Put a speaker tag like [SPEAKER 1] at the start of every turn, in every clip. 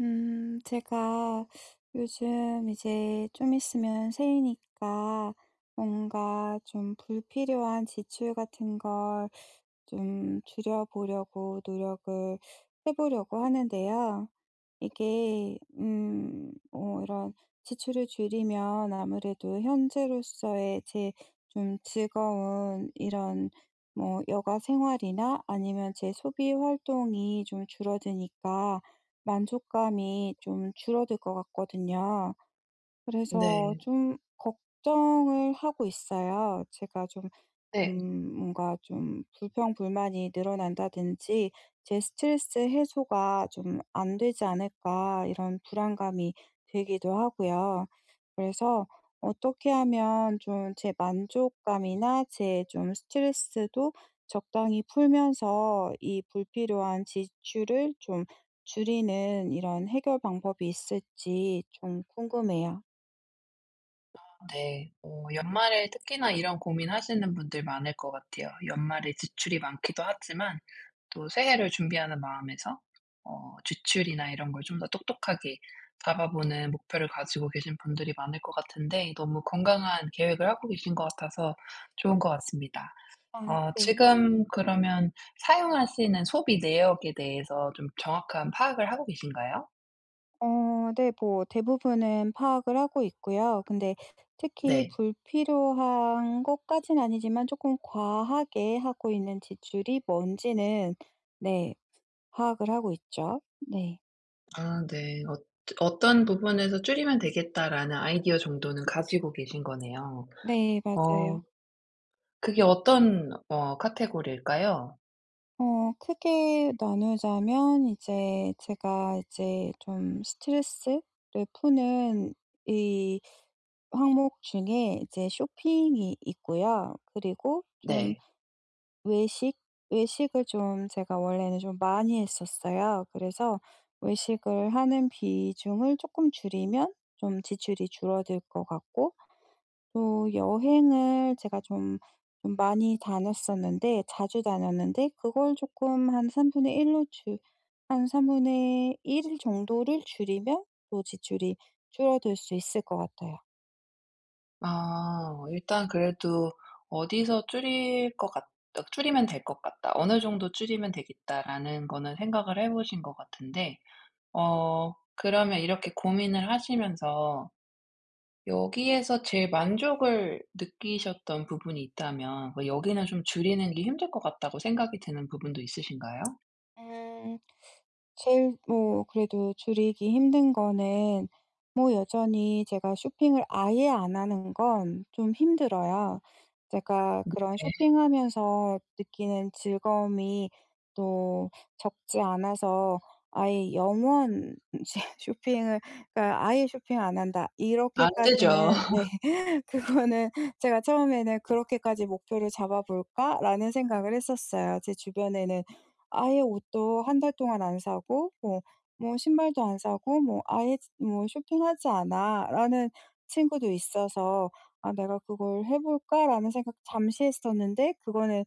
[SPEAKER 1] 제가 요즘 이제 좀 있으면 새이니까 뭔가 좀 불필요한 지출 같은 걸 좀 줄여보려고 노력을 해보려고 하는데요. 이게, 뭐 이런 지출을 줄이면 아무래도 현재로서의 제 좀 즐거운 이런 뭐 여가 생활이나 아니면 제 소비 활동이 좀 줄어드니까 만족감이 좀 줄어들 것 같거든요. 음. 그래서
[SPEAKER 2] 네.
[SPEAKER 1] 좀 걱정을 하고 있어요. 제가 좀 뭔가 좀 불평 불만이 늘어난다든지 제 스트레스 해소가 좀 안 되지 않을까 이런 불안감이 들기도 하고요. 그래서 어떻게 하면 좀 제 만족감이나 제 좀 스트레스도 적당히 풀면서 이 불필요한 지출을 좀 줄이는 이런 해결 방법이 있을지 좀 궁금해요.
[SPEAKER 2] 네. 연말에 특히나 이런 고민하시는 분들 많을 것 같아요. 연말에 지출이 많기도 하지만 또 새해를 준비하는 마음에서 지출이나 이런 걸 좀 더 똑똑하게 잡아보는 목표를 가지고 계신 분들이 많을 것 같은데, 너무 건강한 계획을 하고 계신 것 같아서 좋은 것 같습니다.
[SPEAKER 1] 아, 네.
[SPEAKER 2] 지금 그러면 사용하시는 소비 내역에 대해서 좀 정확한 파악을 하고 계신가요?
[SPEAKER 1] 어, 네. 뭐 대부분은 파악을 하고 있고요. 근데 특히
[SPEAKER 2] 네.
[SPEAKER 1] 불필요한 것까진 아니지만 조금 과하게 하고 있는 지출이 뭔지는, 네, 파악을 하고 있죠. 네.
[SPEAKER 2] 아 네. 어떤 부분에서 '줄이면 되겠다.'라는 아이디어 정도는 가지고 계신 거네요.
[SPEAKER 1] 네,
[SPEAKER 2] 어
[SPEAKER 1] 맞아요.
[SPEAKER 2] 그게 어떤 카테고리일까요?
[SPEAKER 1] 크게 나누자면 이제 제가 이제 좀 스트레스를 푸는 이 항목 중에 이제 쇼핑이 있고요. 그리고 좀
[SPEAKER 2] 네.
[SPEAKER 1] 외식? 외식을 좀 제가 원래는 좀 많이 했었어요. 그래서 외식을 하는 비중을 조금 줄이면 좀 지출이 줄어들 것 같고, 또 여행을 제가 좀 많이 다녔었는데, 자주 다녔는데 그걸 조금 한 3분의 1 정도를 줄이면 또 지출이 줄어들 수 있을 것 같아요.
[SPEAKER 2] 아 일단 그래도 어디서 '줄일 것 같 어 줄이면 될 것 같다. 어느 정도 줄이면 되겠다.'라는 거는 생각을 해 보신 것 같은데, 그러면 이렇게 고민을 하시면서 여기에서 제일 만족을 느끼셨던 부분이 있다면, 뭐 여기는 좀 줄이는 게 힘들 것 같다고 생각이 드는 부분도 있으신가요?
[SPEAKER 1] 음. 제일 뭐 그래도 줄이기 힘든 거는 뭐 여전히 제가 쇼핑을 아예 안 하는 건 좀 힘들어요. 제가 그런
[SPEAKER 2] 네.
[SPEAKER 1] 쇼핑하면서 느끼는 즐거움이 또 적지 않아서 아예 영원 이제 쇼핑을, 그러니까 '아예 쇼핑 안 한다.'
[SPEAKER 2] 안 되죠.
[SPEAKER 1] 이렇게까지는, 네. 그거는 제가 처음에는 '그렇게까지 목표를 잡아 볼까?'라는 생각을 했었어요. 제 주변에는 아예 옷도 1달 동안 안 사고 뭐 뭐 신발도 안 사고 뭐 아예 뭐 "쇼핑하지 않아."라는 친구도 있어서 '아 내가 그걸 해 볼까?'라는 생각 잠시 했었는데, 그거는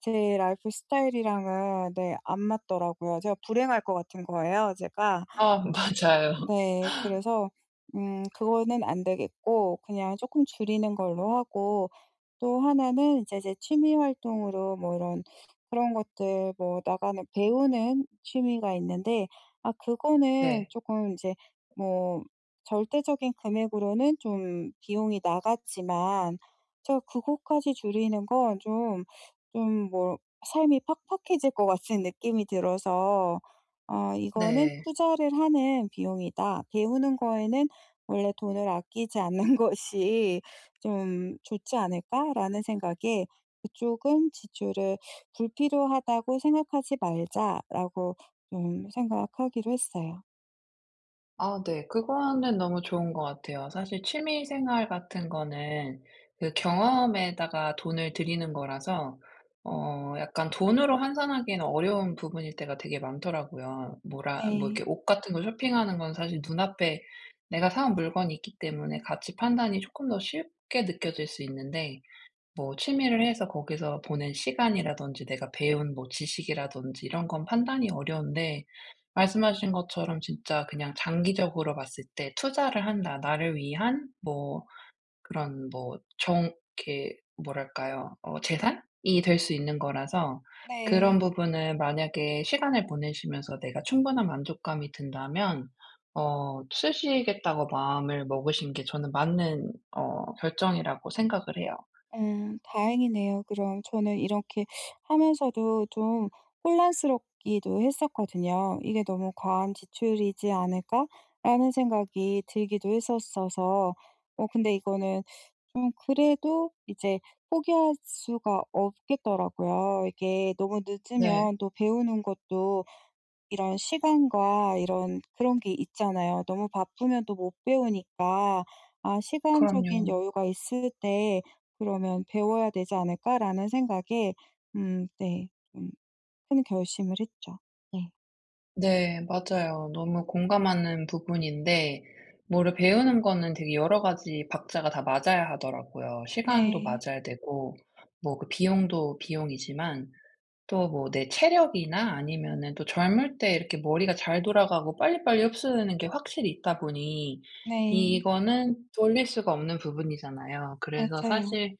[SPEAKER 1] 제 라이프 스타일이랑은, 네, 안 맞더라고요. 제가 불행할 것 같은 거예요, 제가.
[SPEAKER 2] 아 맞아요.
[SPEAKER 1] 네. 그래서 그거는 안 되겠고 그냥 조금 줄이는 걸로 하고, 또 하나는 이제 제 취미 활동으로 뭐 이런 그런 것들 뭐 나가는 배우는 취미가 있는데, 그거는
[SPEAKER 2] 네.
[SPEAKER 1] 조금 이제 뭐 절대적인 금액으로는 좀 비용이 나갔지만 저 그거까지 줄이는 건 좀 뭐 삶이 팍팍해질 것 같은 느낌이 들어서 '아 이거는
[SPEAKER 2] 네.
[SPEAKER 1] 투자를 하는 비용이다. 배우는 거에는 원래 돈을 아끼지 않는 것이 좀 좋지 않을까?'라는 생각에 '그쪽은 지출을 불필요하다고 생각하지 말자.'라고 좀 생각하기로 했어요.
[SPEAKER 2] 아 네. 그거는 너무 좋은 것 같아요. 사실 취미 생활 같은 거는 그 경험에다가 돈을 들이는 거라서, 약간 돈으로 환산하기에는 어려운 부분일 때가 되게 많더라고요. 뭐라 뭐 이렇게
[SPEAKER 1] 네.
[SPEAKER 2] 옷 같은 거 쇼핑하는 건 사실 눈앞에 내가 사온 물건이 있기 때문에 가치 판단이 조금 더 쉽게 느껴질 수 있는데, 뭐 취미를 해서 거기서 보낸 시간이라든지 내가 배운 뭐 지식이라든지 이런 건 판단이 어려운데, 말씀하신 것처럼 진짜 그냥 장기적으로 봤을 때 투자를 한다. 나를 위한 뭐 그런 뭐 정 이렇게 뭐랄까요? 재산이 될 수 있는 거라서 그런
[SPEAKER 1] 네.
[SPEAKER 2] 부분을 만약에 시간을 보내시면서 내가 충분한 만족감이 든다면, 쓰시겠다고 마음을 먹으신 게 저는 맞는 결정이라고 생각을 해요.
[SPEAKER 1] 다행이네요. 그럼 저는 이렇게 하면서도 좀 혼란스럽기도 했었거든요. '이게 너무 과한 지출이지 않을까?'라는 생각이 들기도 했었어서 근데 이거는 좀 그래도 이제 포기할 수가 없겠더라고요. 이게 너무
[SPEAKER 2] 네.
[SPEAKER 1] 늦으면 또 배우는 것도 이런 시간과 이런 그런 게 있잖아요. 너무 바쁘면 또 못 배우니까 '아 시간적인
[SPEAKER 2] 그럼요.
[SPEAKER 1] 여유가 있을 때 그러면 배워야 되지 않을까?'라는 생각에 네, 좀 큰 결심을 했죠. 네.
[SPEAKER 2] 네 맞아요. 너무 공감하는 부분인데, 뭐를 배우는 거는 되게 여러 가지 박자가 다 맞아야 하더라고요. 시간도
[SPEAKER 1] 네.
[SPEAKER 2] 맞아야 되고, 뭐 그 비용도 비용이지만 또 뭐 내 체력이나 아니면은 또 젊을 때 이렇게 머리가 잘 돌아가고 빨리빨리 흡수되는 게 확실히 있다 보니
[SPEAKER 1] 네.
[SPEAKER 2] 이거는 돌릴 수가 없는 부분이잖아요. 그래서
[SPEAKER 1] 맞아요.
[SPEAKER 2] 사실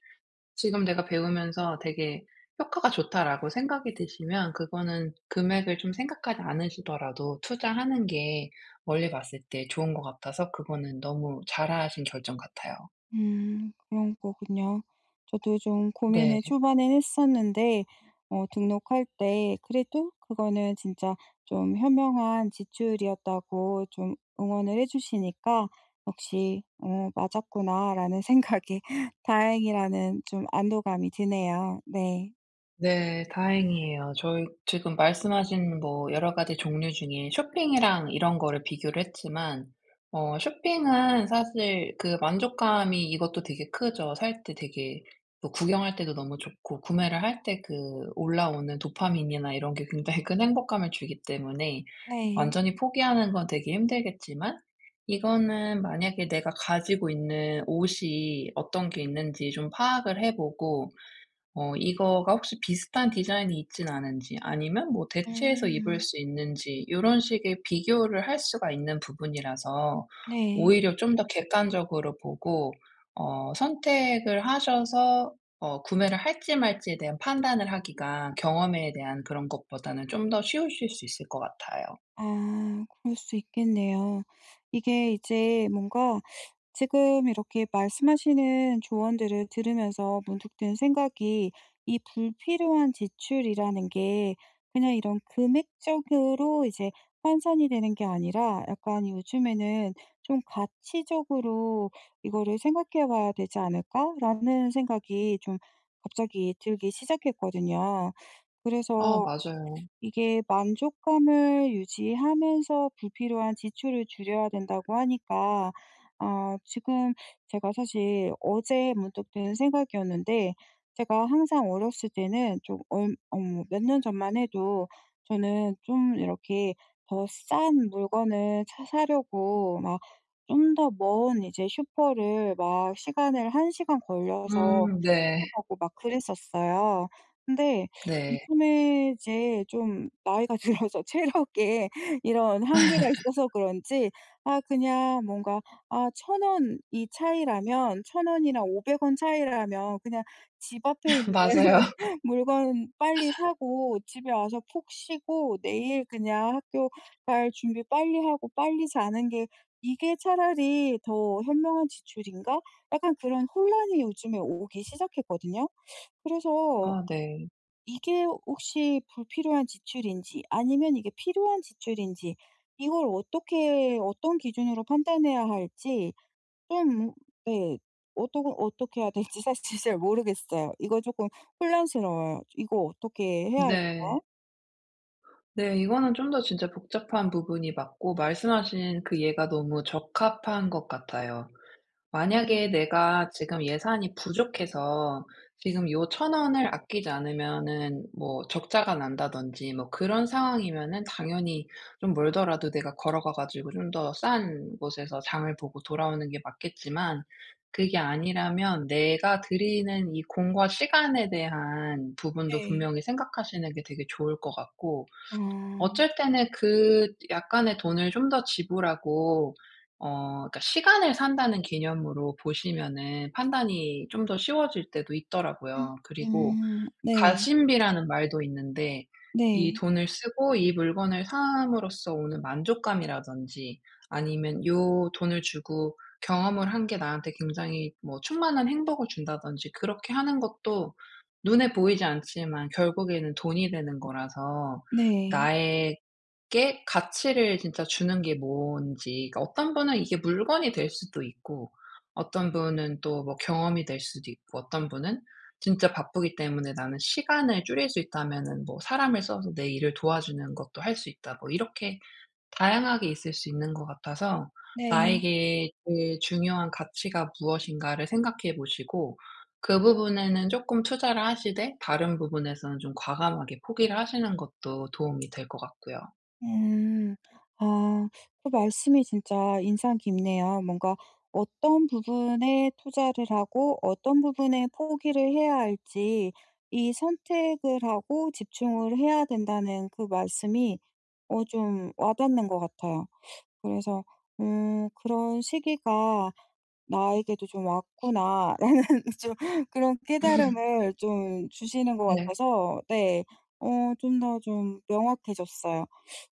[SPEAKER 2] 지금 내가 배우면서 되게 '효과가 좋다.'라고 생각이 드시면 그거는 금액을 좀 생각하지 않으시더라도 투자하는 게 멀리 봤을 때 좋은 것 같아서, 그거는 너무 잘하신 결정 같아요.
[SPEAKER 1] 그런 거군요. 저도 좀
[SPEAKER 2] 네.
[SPEAKER 1] 고민을 초반엔 했었는데 등록할 때 그래도 그거는 진짜 좀 현명한 지출이었다고 좀 응원을 해 주시니까 '역시 어 맞았구나.'라는 생각에 다행이라는 좀 안도감이 드네요. 네.
[SPEAKER 2] 네. 다행이에요. 저희 지금 말씀하신 뭐 여러 가지 종류 중에 쇼핑이랑 이런 거를 비교를 했지만, 쇼핑은 사실 그 만족감이 이것도 되게 크죠. 살 때 되게 또 구경할 때도 너무 좋고, 구매를 할 때 그 올라오는 도파민이나 이런 게 굉장히 큰 행복감을 주기 때문에
[SPEAKER 1] 네.
[SPEAKER 2] 완전히 포기하는 건 되게 힘들겠지만, 이거는 만약에 내가 가지고 있는 옷이 어떤 게 있는지 좀 파악을 해 보고, 이거가 혹시 비슷한 디자인이 있진 않은지, 아니면 뭐 대체해서 입을
[SPEAKER 1] 음.
[SPEAKER 2] 수 있는지 이런 식의 비교를 할 수가 있는 부분이라서
[SPEAKER 1] 네.
[SPEAKER 2] 오히려 좀 더 객관적으로 보고 선택을 하셔서, 구매를 할지 말지에 대한 판단을 하기가 경험에 대한 그런 것보다는 좀 더 쉬우실 수 있을 것 같아요.
[SPEAKER 1] 아, 그럴 수 있겠네요. 이게 이제 뭔가 지금 이렇게 말씀하시는 조언들을 들으면서 문득 든 생각이, 이 불필요한 지출이라는 게 그냥 이런 금액적으로 이제 환산이 되는 게 아니라 약간 요즘에는 좀 '가치적으로 이거를 생각해 봐야 되지 않을까?'라는 생각이 좀 갑자기 들기 시작했거든요.
[SPEAKER 2] 아
[SPEAKER 1] 그래서
[SPEAKER 2] 맞아요.
[SPEAKER 1] 이게 만족감을 유지하면서 불필요한 지출을 줄여야 된다고 하니까, 아 지금 제가 사실 어제 문득 든 생각이었는데, 제가 항상 어렸을 때는 좀 뭐 몇 년 전만 해도 저는 좀 이렇게 더 싼 물건을 사 사려고 막, 좀 더 먼 이제 슈퍼를 막 시간을 1시간 걸려서
[SPEAKER 2] 네.
[SPEAKER 1] 찾아가고 막 그랬었어요. 근데
[SPEAKER 2] 네.
[SPEAKER 1] 요즘에 이제 좀 나이가 들어서 체력에 이런 한계가 있어서 그런지, 아 그냥 뭔가 아 천 원이 차이라면, 천 원이랑 500원 차이라면 그냥 집 앞에 있는
[SPEAKER 2] 맞아요.
[SPEAKER 1] 물건 빨리 사고 집에 와서 푹 쉬고 내일 그냥 학교 갈 준비 빨리 하고 빨리 자는 게 이게 차라리 더 현명한 지출인가? 약간 그런 혼란이 요즘에 오기 시작했거든요. 그래서
[SPEAKER 2] 아 네.
[SPEAKER 1] 이게 혹시 불필요한 지출인지 아니면 이게 필요한 지출인지, 이걸 어떻게 어떤 기준으로 판단해야 할지 좀, 네. 어떻게 해야 될지 사실 잘 모르겠어요. 이거 조금 혼란스러워요. 이거 어떻게 해야
[SPEAKER 2] 네.
[SPEAKER 1] 할까요?
[SPEAKER 2] 네. 이거는 좀 더 진짜 복잡한 부분이 맞고, 말씀하신 그 예가 너무 적합한 것 같아요. 만약에
[SPEAKER 1] 음.
[SPEAKER 2] 내가 지금 예산이 부족해서 지금 요 천 원을 아끼지 않으면은 뭐 적자가 난다든지 뭐 그런 상황이면은 당연히 좀 멀더라도 내가 걸어가 가지고 좀 더 싼 곳에서 장을 보고 돌아오는 게 맞겠지만, 그게 아니라면 내가 들이는 이 공과 시간에 대한 부분도
[SPEAKER 1] 네.
[SPEAKER 2] 분명히 생각하시는 게 되게 좋을 것 같고,
[SPEAKER 1] 아. 음.
[SPEAKER 2] 어쩔 때는 그 약간의 돈을 좀 더 지불하고 어 그러니까 시간을 산다는 개념으로 보시면은 판단이 좀 더 쉬워질 때도 있더라고요. 그리고
[SPEAKER 1] 네.
[SPEAKER 2] 가심비라는 말도 있는데, 이
[SPEAKER 1] 네.
[SPEAKER 2] 돈을 쓰고 이 물건을 삼으로써 오는 만족감이라든지 아니면 요 돈을 주고 경험을 한 게 나한테 굉장히 뭐 충만한 행복을 준다든지 그렇게 하는 것도 눈에 보이지 않지만 결국에는 돈이 되는 거라서,
[SPEAKER 1] 네.
[SPEAKER 2] 나에게 가치를 진짜 주는 게 뭔지, 그러니까 어떤 분은 이게 물건이 될 수도 있고, 어떤 분은 또 뭐 경험이 될 수도 있고, 어떤 분은 진짜 바쁘기 때문에 나는 시간을 줄일 수 있다면은 뭐 사람을 써서 내 일을 도와주는 것도 할 수 있다. 뭐 이렇게 다양하게 있을 수 있는 것 같아서,
[SPEAKER 1] 네.
[SPEAKER 2] 나에게 제일 중요한 가치가 무엇인가를 생각해 보시고 그 부분에는 쪼끔 투자를 하시되, 다른 부분에서는 좀 과감하게 포기를 하시는 것도 도움이 될 것 같고요.
[SPEAKER 1] 음. 아, 그 말씀이 진짜 인상 깊네요. 뭔가 어떤 부분에 투자를 하고 어떤 부분에 포기를 해야 할지, 이 선택을 하고 집중을 해야 된다는 그 말씀이 좀 와닿는 것 같아요. 그래서 그런 시기가 '나에게도 좀 왔구나.'라는 좀 그런 깨달음을 좀 주시는 것
[SPEAKER 2] 네.
[SPEAKER 1] 같아서, 네, 좀 더 좀 명확해졌어요.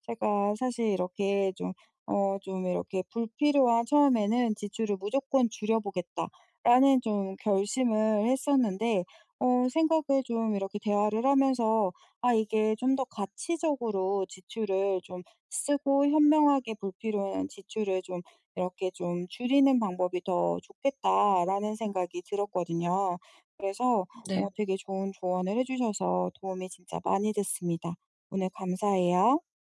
[SPEAKER 1] 제가 사실 이렇게 좀 이렇게 '불필요한 처음에는 지출을 무조건 줄여보겠다.'라는 좀 결심을 했었는데, 생각을 좀 이렇게 대화를 하면서 '아 이게 좀 더 가치적으로 지출을 좀 쓰고 현명하게 불필요한 지출을 좀 이렇게 좀 '줄이는 방법이 더 좋겠다.'라는 생각이 들었거든요. 그래서
[SPEAKER 2] 네.
[SPEAKER 1] 되게 좋은 조언을 해 주셔서 도움이 진짜 많이 됐습니다. 오늘 감사해요.